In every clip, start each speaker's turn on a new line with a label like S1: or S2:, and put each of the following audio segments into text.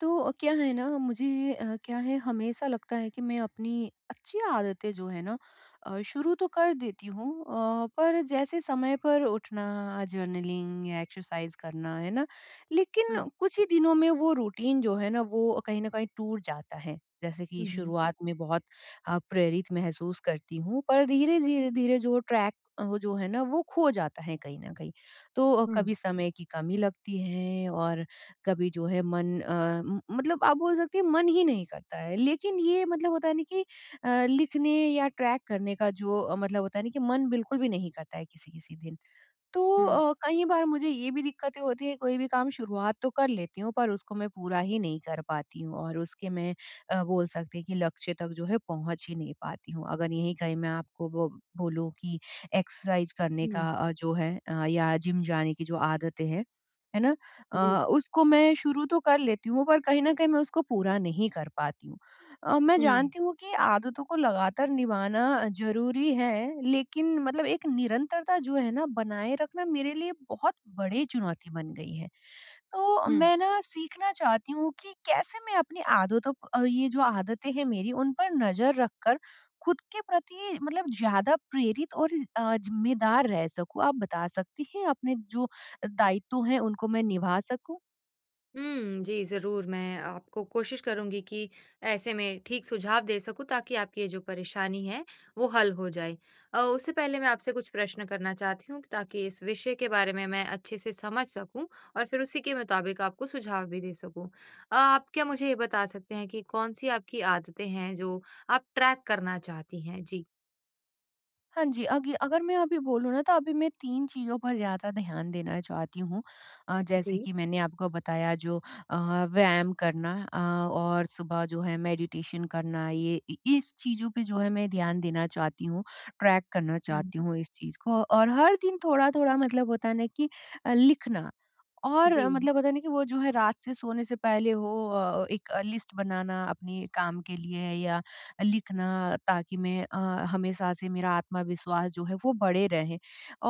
S1: तो क्या है ना, मुझे क्या है, हमेशा लगता है कि मैं अपनी अच्छी आदतें जो है ना, शुरू तो कर देती हूँ, पर जैसे समय पर उठना, जर्नलिंग या एक्सरसाइज करना, है ना, लेकिन
S2: हुँ,
S1: कुछ ही दिनों में वो रूटीन जो है ना वो कहीं ना कहीं टूट जाता है। जैसे कि
S2: हुँ, हुँ।
S1: शुरुआत में बहुत प्रेरित महसूस करती हूँ, पर धीरे धीरे धीरे जो ट्रैक जो है ना वो खो जाता है कहीं ना कहीं। तो
S2: हुँ,
S1: कभी समय की कमी लगती है और कभी जो है मन, मतलब आप बोल सकते हैं मन ही नहीं करता है, लेकिन ये मतलब होता है ना कि लिखने या ट्रैक करने का जो मतलब होता है ना कि मन बिल्कुल भी नहीं करता है किसी किसी दिन। तो
S2: हुँ,
S1: कई बार मुझे ये भी दिक्कतें होती है, कोई भी काम शुरुआत तो कर लेती हूँ पर उसको मैं पूरा ही नहीं कर पाती हूँ, और उसके मैं बोल सकते हैं कि लक्ष्य तक जो है पहुँच ही नहीं पाती हूँ। अगर यहीं कहीं मैं आपको बो बोलूँ कि एक्सरसाइज़ करने
S2: हुँ,
S1: का जो है या जिम जाने की जो आदतें हैं, है ना?
S2: जी।
S1: उसको मैं शुरू तो कर लेती हूँ, पर कहीं न कहीं मैं उसको पूरा नहीं कर पाती हूँ। मैं
S2: हुँ,
S1: जानती हूँ कि आदतों को लगातार निभाना ज़रूरी है, लेकिन मतलब एक निरंतरता जो है ना बनाए रखना मेरे लिए बहुत बड़ी चुनौती बन गई है। तो
S2: हुँ,
S1: मैं ना सीखना चाहती हूँ कि कैसे मैं अपनी आदतों ये जो आदतें हैं मेरी, उन पर नज़र रखकर खुद के प्रति मतलब ज़्यादा प्रेरित और ज़िम्मेदार रह सकूँ। आप बता सकती हैं, अपने जो दायित्व हैं उनको मैं निभा सकूँ?
S2: हुँ, जी, ज़रूर मैं आपको कोशिश करूँगी कि ऐसे में ठीक सुझाव दे सकूँ ताकि आपकी ये जो परेशानी है, वो हल हो जाए। उससे पहले मैं आपसे कुछ प्रश्न करना चाहती हूँ ताकि इस विषय के बारे में मैं अच्छे से समझ सकूँ और फिर उसी के मुताबिक आपको सुझाव भी दे सकूँ। आप क्या मुझे ये बता सकते हैं कि कौन-सी आपकी आदतें हैं जो आप ट्रैक करना चाहती हैं? जी।
S1: हाँ जी, अगी अगर मैं अभी बोलूँ ना, तो अभी मैं 3 चीज़ों पर ज़्यादा ध्यान देना चाहती हूँ। जैसे
S2: जी।
S1: कि मैंने आपको बताया जो अ, व्यायाम करना, और सुबह जो है मेडिटेशन करना, ये इ इस चीज़ों पे जो है मैं ध्यान देना चाहती हूँ, ट्रैक करना
S2: हुँ,
S1: चाहती
S2: हुँ।
S1: हूँ इस चीज़ को। और हर दिन थोड़ा-थोड़ा मतलब होता है ना कि लिखना, और
S2: जी।
S1: मतलब पता नहीं कि वो जो है रात से सोने से पहले हो, एक लिस्ट बनाना अपने काम के लिए है, या लिखना, ताकि मैं हमेशा से मेरा आत्मविश्वास जो है वो बढ़े रहे।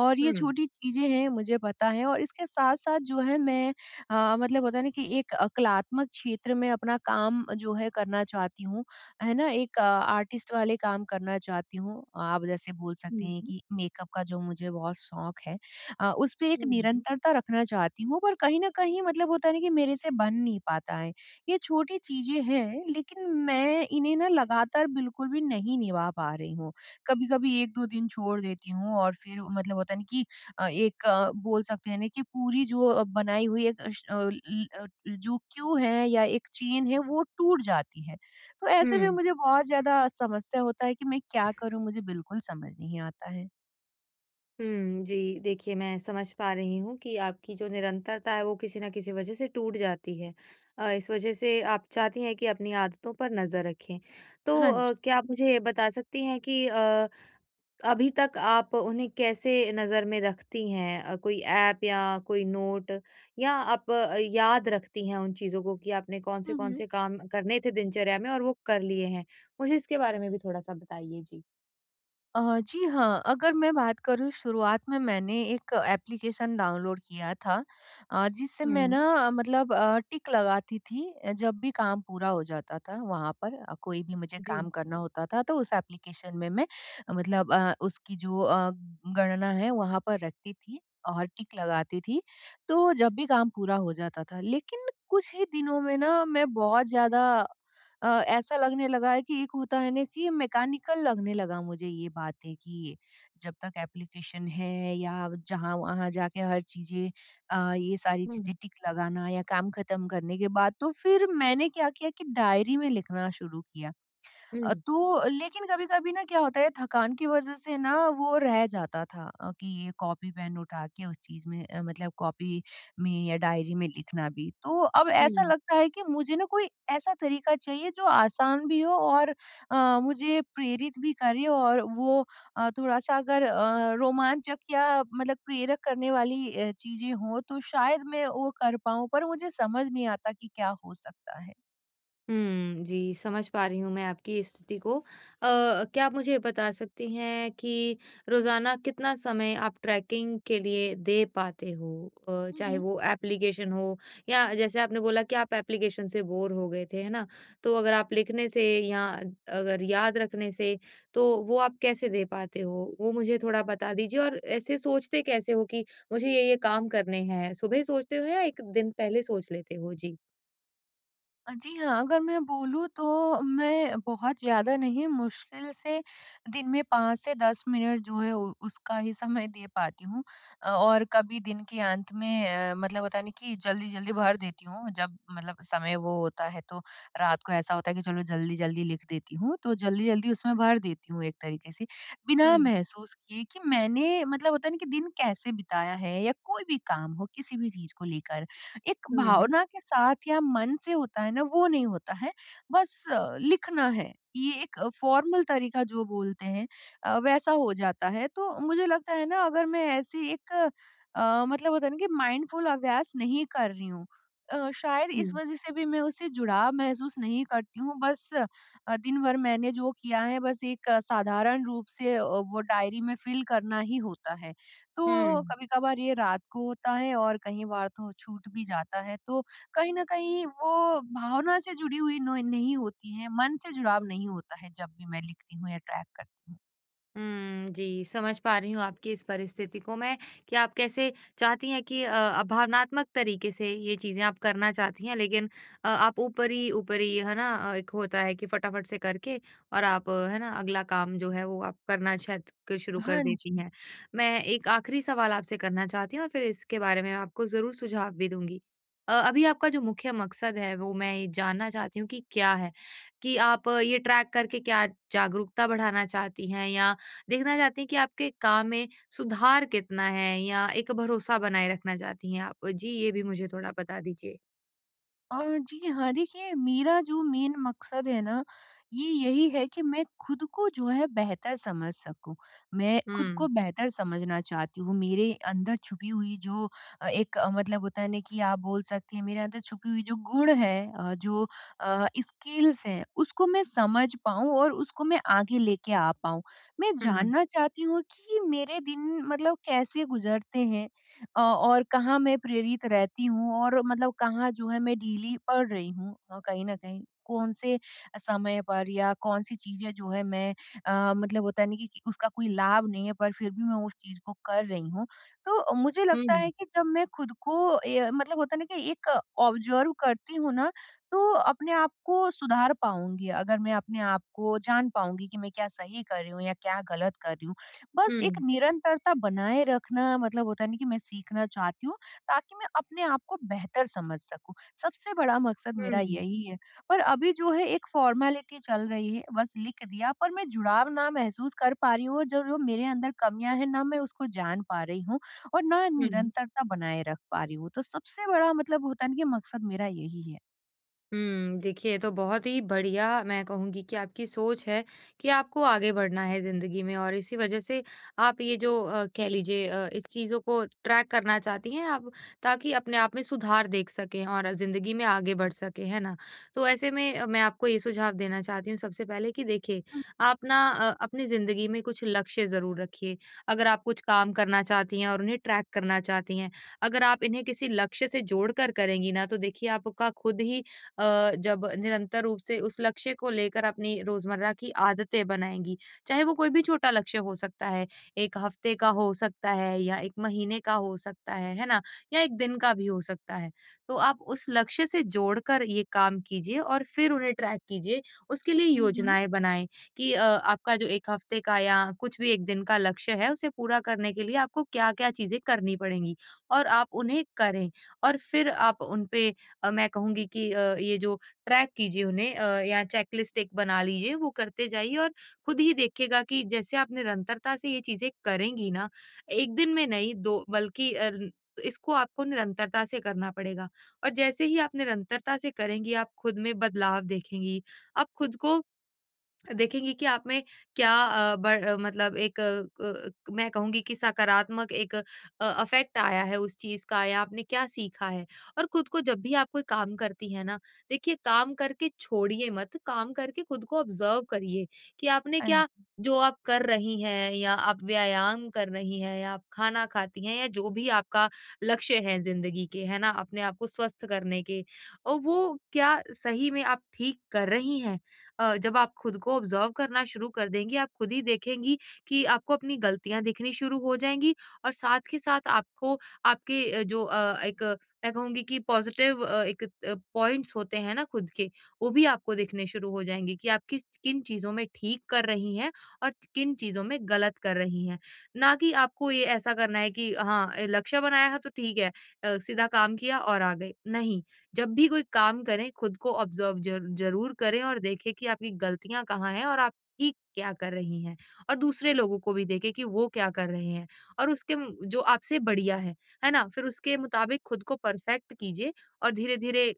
S1: और ये
S2: हुँ,
S1: छोटी चीजें हैं, मुझे पता है, और इसके साथ साथ जो है मैं मतलब पता नहीं कि एक कलात्मक क्षेत्र में अपना काम जो है करना चाहती हूँ, है ना, एक आर्टिस्ट वाले काम करना चाहती हूँ। आप जैसे बोल
S2: हुँ,
S1: सकते हैं
S2: हुँ,
S1: कि मेकअप का जो मुझे बहुत शौक है, उस पे एक
S2: हुँ,
S1: निरंतरता रखना चाहती हूँ, पर कहीं न कहीं मतलब होता है ना कि मेरे से बन नहीं पाता है। ये छोटी चीज़ें हैं, लेकिन मैं इन्हें ना लगातार बिल्कुल भी नहीं निभा पा रही हूँ। कभी-कभी 1-2 दिन छोड़ देती हूँ, और फिर मतलब होता है ना कि एक बोल सकते हैं ना कि पूरी जो बनाई हुई एक अश अ, ल अ, जो क्यू है या एक चेन है, वो टूट जाती है। तो ऐसे में
S2: हुँ।
S1: मुझे बहुत ज़्यादा समस्या होता है कि मैं क्या करूँ, मुझे बिल्कुल समझ नहीं आता है।
S2: हुँ, जी। देखिए, मैं समझ पा रही हूँ कि आपकी जो निरंतरता है, वो किसी न किसी वजह से टूट जाती है। इस वजह से आप चाहती हैं कि अपनी आदतों पर नज़र रखें। तो
S1: हाँ जी।
S2: क्या आप मुझे ये बता सकती हैं कि अभी तक आप उन्हें कैसे नज़र में रखती हैं? कोई ऐप या कोई नोट या आप याद रखती हैं उन चीज़ों को कि आपने
S1: हुँ,
S2: कौन-से-कौन
S1: हुँ।
S2: से कौन से काम करने थे दिनचर्या में और वो कर लिए हैं? मुझे इसके बारे में भी थोड़ा-सा बताइए। जी।
S1: जी हाँ, अगर मैं बात करूँ, शुरुआत में मैंने एक एप्लीकेशन डाउनलोड किया था, जिससे मैं ना
S2: हुँ,
S1: टिक लगाती थी, जब भी काम पूरा हो जाता था वहाँ पर। कोई भी मुझे
S2: जी।
S1: काम करना होता था, तो उस एप्लीकेशन में मैं उसकी जो गणना है वहाँ पर रखती थी और टिक लगाती थी, तो जब भी काम पूरा हो जाता था। लेकिन कुछ ही दिनों में ना मैं बहुत ज़्यादा ऐसा लगने लगा है कि एक होता है ना कि मैकेनिकल लगने लगा मुझे ये बातें, कि जब तक एप्लीकेशन है या जहाँ वहाँ जाके हर चीजें, ये सारी चीजें
S2: हुँ।
S1: टिक लगाना या काम खत्म करने के बाद। तो फिर मैंने क्या किया कि डायरी में लिखना शुरू किया।
S2: हुँ,
S1: तो लेकिन कभी-कभी ना क्या होता है, थकान की वज़ह से ना वो रह जाता था, कि ये कॉपी पेन उठा के उस चीज़ में मतलब कॉपी में या डायरी में लिखना भी। तो अब ऐसा
S2: हुँ।
S1: लगता है कि मुझे ना कोई ऐसा तरीका चाहिए जो आसान भी हो और मुझे प्रेरित भी करे, और वो थोड़ा-सा अगर रोमांचक या मतलब प्रेरक करने वाली चीज़ें हों, तो शायद मैं वो कर पाऊँ, पर मुझे समझ नहीं आता कि क्या हो सकता
S2: हुँ, जी, समझ पा रही हूँ मैं आपकी स्थिति को। क्या आप मुझे ये बता सकती हैं कि रोज़ाना कितना समय आप ट्रैकिंग के लिए दे पाते हो? चाहे
S1: है?
S2: वो एप्लीकेशन हो या जैसे आपने बोला कि आप एप्लीकेशन से बोर हो गए थे, है ना? तो अगर आप लिखने से या अगर याद रखने से, तो वो आप कैसे दे पाते हो? वो मुझे थोड़ा बता दीजिए और ऐसे सोचते कैसे हो कि मुझे ये-ये काम करने हैं? सुबह सोचते हो या 1 दिन पहले सोच लेते हो? जी।
S1: जी हाँ, अगर मैं बोलूँ तो मैं बहुत ज़्यादा नहीं, मुश्किल से दिन में 5 से 10 मिनट जो है उ उसका ही समय दे पाती हूँ। और कभी दिन के अंत में मतलब होता है ना कि जल्दी-जल्दी भर देती हूँ, जब मतलब समय वो होता है, तो रात को ऐसा होता है कि चलो जल्दी-जल्दी लिख देती हूँ, तो जल्दी-जल्दी उसमें भर देती हूँ एक तरीके से, बिना
S2: हुँ,
S1: महसूस किए कि मैंने मतलब होता है ना कि दिन कैसे बिताया है, या कोई भी काम हो किसी भी चीज़ को लेकर। एक
S2: हुँ,
S1: भावना के साथ या मन से होता है ना वो, नहीं होता है, बस लिखना है, ये एक फॉर्मल तरीका जो बोलते हैं वैसा हो जाता है। तो मुझे लगता है ना, अगर मैं ऐसी एक मतलब होता है ना कि माइंडफुल अभ्यास नहीं कर रही हूँ, शायद इस
S2: हुँ।
S1: वजह से भी मैं उससे जुड़ाव महसूस नहीं करती हूँ, बस दिन भर मैंने जो किया है, बस एक साधारण रूप से वो डायरी में फिल करना ही होता है। तो
S2: हुँ।
S1: कभी-कभार ये रात को होता है और कई बार तो छूट भी जाता है, तो कहीं न कहीं वो भावना से जुड़ी हुई नो नहीं होती है, मन से जुड़ाव नहीं होता है जब भी मैं लिखती हूँ या ट्रैक करती हूँ।
S2: हुँ, जी, समझ पा रही हूँ आपकी इस परिस्थिति को मैं कि आप कैसे चाहती हैं कि भावनात्मक तरीके से ये चीज़ें आप करना चाहती हैं, लेकिन आप ऊपरी-ऊपरी, है ना? एक होता है कि फटाफट से करके और आप, है ना, अगला काम जो है, वो आप करना शायद क शुरू कर
S1: हाँ
S2: देती
S1: जी।
S2: हैं। मैं एक आखिरी सवाल आपसे करना चाहती हूँ और फिर इसके बारे में आपको ज़रूर सुझाव भी दूँगी। अभी आपका जो मुख्य मकसद है, वो मैं ये जानना चाहती हूँ कि क्या है? कि आप ये ट्रैक करके क्या जागरूकता बढ़ाना चाहती हैं या देखना चाहती हैं कि आपके काम में सुधार कितना है या एक भरोसा बनाए रखना चाहती हैं आप? जी, ये भी मुझे थोड़ा बता दीजिए।
S1: जी हाँ, देखिए मेरा जो मेन मकसद है ना, ये यही है कि मैं खुद को जो है बेहतर समझ सकूँ। मैं खुद
S2: हुँ।
S1: को बेहतर समझना चाहती हूँ। मेरे अंदर छुपी हुई जो एक मतलब होता है ना कि आप बोल सकते हैं, मेरे अंदर छुपी हुई जो गुण है, जो स्किल्स हैं, उसको मैं समझ पाऊँ और उसको मैं आगे लेके आ पाऊँ। मैं
S2: हुँ, हुँ,
S1: जानना चाहती हूँ कि मेरे दिन मतलब कैसे गुज़रते हैं? और कहाँ मैं प्रेरित रहती हूँ और मतलब कहाँ जो है मैं ढीली पड़ रही हूँ, कहीं न कहीं। कौन से समय पर या कौन-सी चीज़ें जो है मैं मतलब होता है ना कि उसका कोई लाभ नहीं है, पर फिर भी मैं उस चीज़ को कर रही हूँ। तो मुझे लगता
S2: हुँ,
S1: है कि जब मैं खुद को ए मतलब होता है ना कि एक ऑब्जर्व करती हूँ ना, तो अपने आप को सुधार पाऊँगी, अगर मैं अपने आप को जान पाऊँगी कि मैं क्या सही कर रही हूँ या क्या गलत कर रही हूँ। बस
S2: हुँ,
S1: एक निरंतरता बनाए रखना मतलब होता नहीं कि मैं सीखना चाहती हूँ, ताकि मैं अपने आप को बेहतर समझ सकूँ। सबसे बड़ा मकसद मेरा
S2: हुँ,
S1: यही है। पर अभी जो है एक फ़ॉर्मेलिटी चल रही है, बस लिख दिया, पर मैं जुड़ाव ना महसूस कर पा रही हूँ, और जो जो मेरे अंदर कमियाँ हैं ना मैं उसको जान पा रही हूँ और ना
S2: हुँ।
S1: निरंतरता बनाए रख पा रही हूँ। तो सबसे बड़ा मतलब होता है ना कि मकसद मेरा यही है।
S2: देखिए, ये तो बहुत ही बढ़िया मैं कहूँगी कि आपकी सोच है कि आपको आगे बढ़ना है ज़िंदगी में और इसी वजह से आप ये जो कह लीजिए, इस चीज़ों को ट्रैक करना चाहती हैं आप ताकि अपने आप में सुधार देख सकें और ज़िंदगी में आगे बढ़ सकें, है ना? तो ऐसे में मैं आपको ये सुझाव देना चाहती हूँ सबसे पहले कि देखिए,
S1: हुँ,
S2: आप ना अपनी ज़िंदगी में कुछ लक्ष्य ज़रूर रखिए। अगर आप कुछ काम करना चाहती हैं और उन्हें ट्रैक करना चाहती हैं, अगर आप इन्हें किसी लक्ष्य से जोड़कर करेंगी ना, तो देखिए आपका खुद ही जब निरंतर रूप से उस लक्ष्य को लेकर अपनी रोजमर्रा की आदतें बनाएँगी, चाहे वो कोई भी छोटा लक्ष्य हो सकता है, 1 हफ्ते का हो सकता है या 1 महीने का हो सकता है ना? या 1 दिन का भी हो सकता है। तो आप उस लक्ष्य से जोड़कर ये काम कीजिए और फिर उन्हें ट्रैक कीजिए, उसके लिए
S1: हुँ, हुँ।
S2: योजनाएँ बनाएँ कि आपका जो 1 हफ्ते का या कुछ भी 1 दिन का लक्ष्य है, उसे पूरा करने के लिए आपको क्या-क्या चीज़ें करनी पड़ेंगी और आप उन्हें करें और फिर आप उन पे मैं कहूँगी कि ये जो ट्रैक कीजिए उन्हें, या चेकलिस्ट एक बना लीजिए, वो करते जाइए और खुद ही देखिएगा कि जैसे आप निरंतरता से ये चीज़ें करेंगी ना, एक दिन में नहीं, 2 बल्कि इसको आपको निरंतरता से करना पड़ेगा और जैसे ही आप निरंतरता से करेंगी, आप खुद में बदलाव देखेंगी। आप खुद को देखेंगे कि आप में क्या अ, ब मतलब एक अ, क क- मैं कहूँगी कि सकारात्मक एक इफ़ेक्ट आया है उस चीज़ का या आपने क्या सीखा है। और खुद को जब भी आप कोई काम करती हैं ना, देखिए काम करके छोड़िए मत, काम करके खुद को ऑब्ज़र्व करिए कि आपने
S1: हाँ
S2: क्या
S1: जी।
S2: जो आप कर रही हैं या आप व्यायाम कर रही हैं या आप खाना खाती हैं या जो भी आपका लक्ष्य है ज़िंदगी के, है ना? अपने आप को स्वस्थ करने के और वो क्या सही में आप ठीक कर रही हैं? जब आप खुद को ऑब्जर्व करना शुरू कर देंगी, आप खुद ही देखेंगी कि आपको अपनी गलतियाँ दिखनी शुरू हो जाएँगी और साथ के साथ आपको आपके अ, जो अ, एक अ, मैं कहूँगी कि पॉज़िटिव पॉइंट्स होते हैं ना खुद के, वो भी आपको दिखने शुरू हो जाएँगे कि आप किस किन चीज़ों में ठीक कर रही हैं और किन चीज़ों में गलत कर रही हैं। ना कि आपको ये ऐसा करना है कि हाँ, लक्ष्य बनाया है तो ठीक है, सीधा काम किया और आ गए, नहीं। जब भी कोई काम करें खुद को ऑब्जर्व जर ज़रूर करें और देखें कि आपकी गलतियाँ कहाँ हैं और आप ठीक क्या कर रही हैं और दूसरे लोगों को भी देखें कि वो क्या कर रहे हैं और उसके म जो आपसे बढ़िया है ना? फिर उसके मुताबिक खुद को परफेक्ट कीजिए और धीरे-धीरे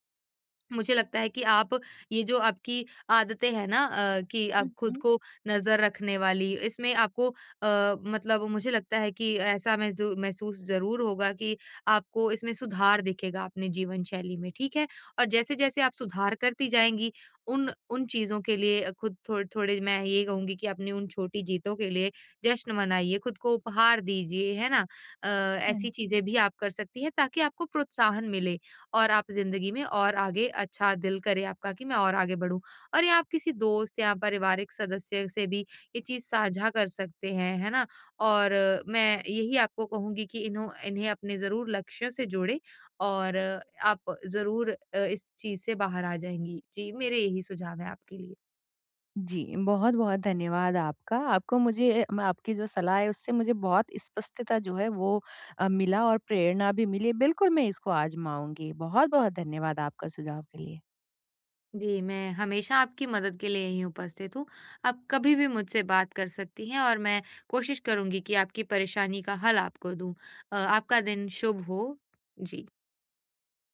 S2: मुझे लगता है कि आप ये जो आपकी आदतें हैं ना, कि आप
S1: हुँ,
S2: खुद
S1: हुँ।
S2: को नज़र रखने वाली, इसमें आपको मतलब मुझे लगता है कि ऐसा महज़ू महसूस ज़रूर होगा कि आपको इसमें सुधार दिखेगा अपने जीवन शैली में, ठीक है? और जैसे-जैसे आप सुधार करती जाएँगी, उन उन चीज़ों के लिए खुद थोड़े-थोड़े मैं ये कहूँगी कि अपनी उन छोटी जीतों के लिए जश्न मनाइए, खुद को उपहार दीजिए, है ना? अ,
S1: हाँ
S2: ऐसी
S1: जी।
S2: चीज़ें भी आप कर सकती हैं ताकि आपको प्रोत्साहन मिले। और आप ज़िंदगी में और आगे अच्छा दिल करे आपका कि मैं और आगे बढ़ूँ। और ये आप किसी दोस्त या पारिवारिक सदस्य से भी ये चीज़ साझा कर सकते हैं, है ना? और मैं यही आपको कहूँगी कि इन्हों इन्हें अपने ज़रूर लक्ष्यों से जोड़ें और आप ज़रूर इस चीज़ से बाहर आ जाएँगी। जी, मेरे यही सुझाव हैं आपके लिए।
S1: जी, बहुत-बहुत धन्यवाद आपका। आपको मुझे, म आपकी जो सलाह है उससे मुझे बहुत स्पष्टता जो है वो मिला और प्रेरणा भी मिली। बिल्कुल मैं इसको आज़माऊँगी। बहुत-बहुत धन्यवाद आपका सुझाव के लिए।
S2: जी, मैं हमेशा आपकी मदद के लिए यहीं उपस्थित हूँ। आप कभी भी मुझसे बात कर सकती हैं और मैं कोशिश करूँगी कि आपकी परेशानी का हल आपको दूँ। आपका दिन शुभ हो। जी।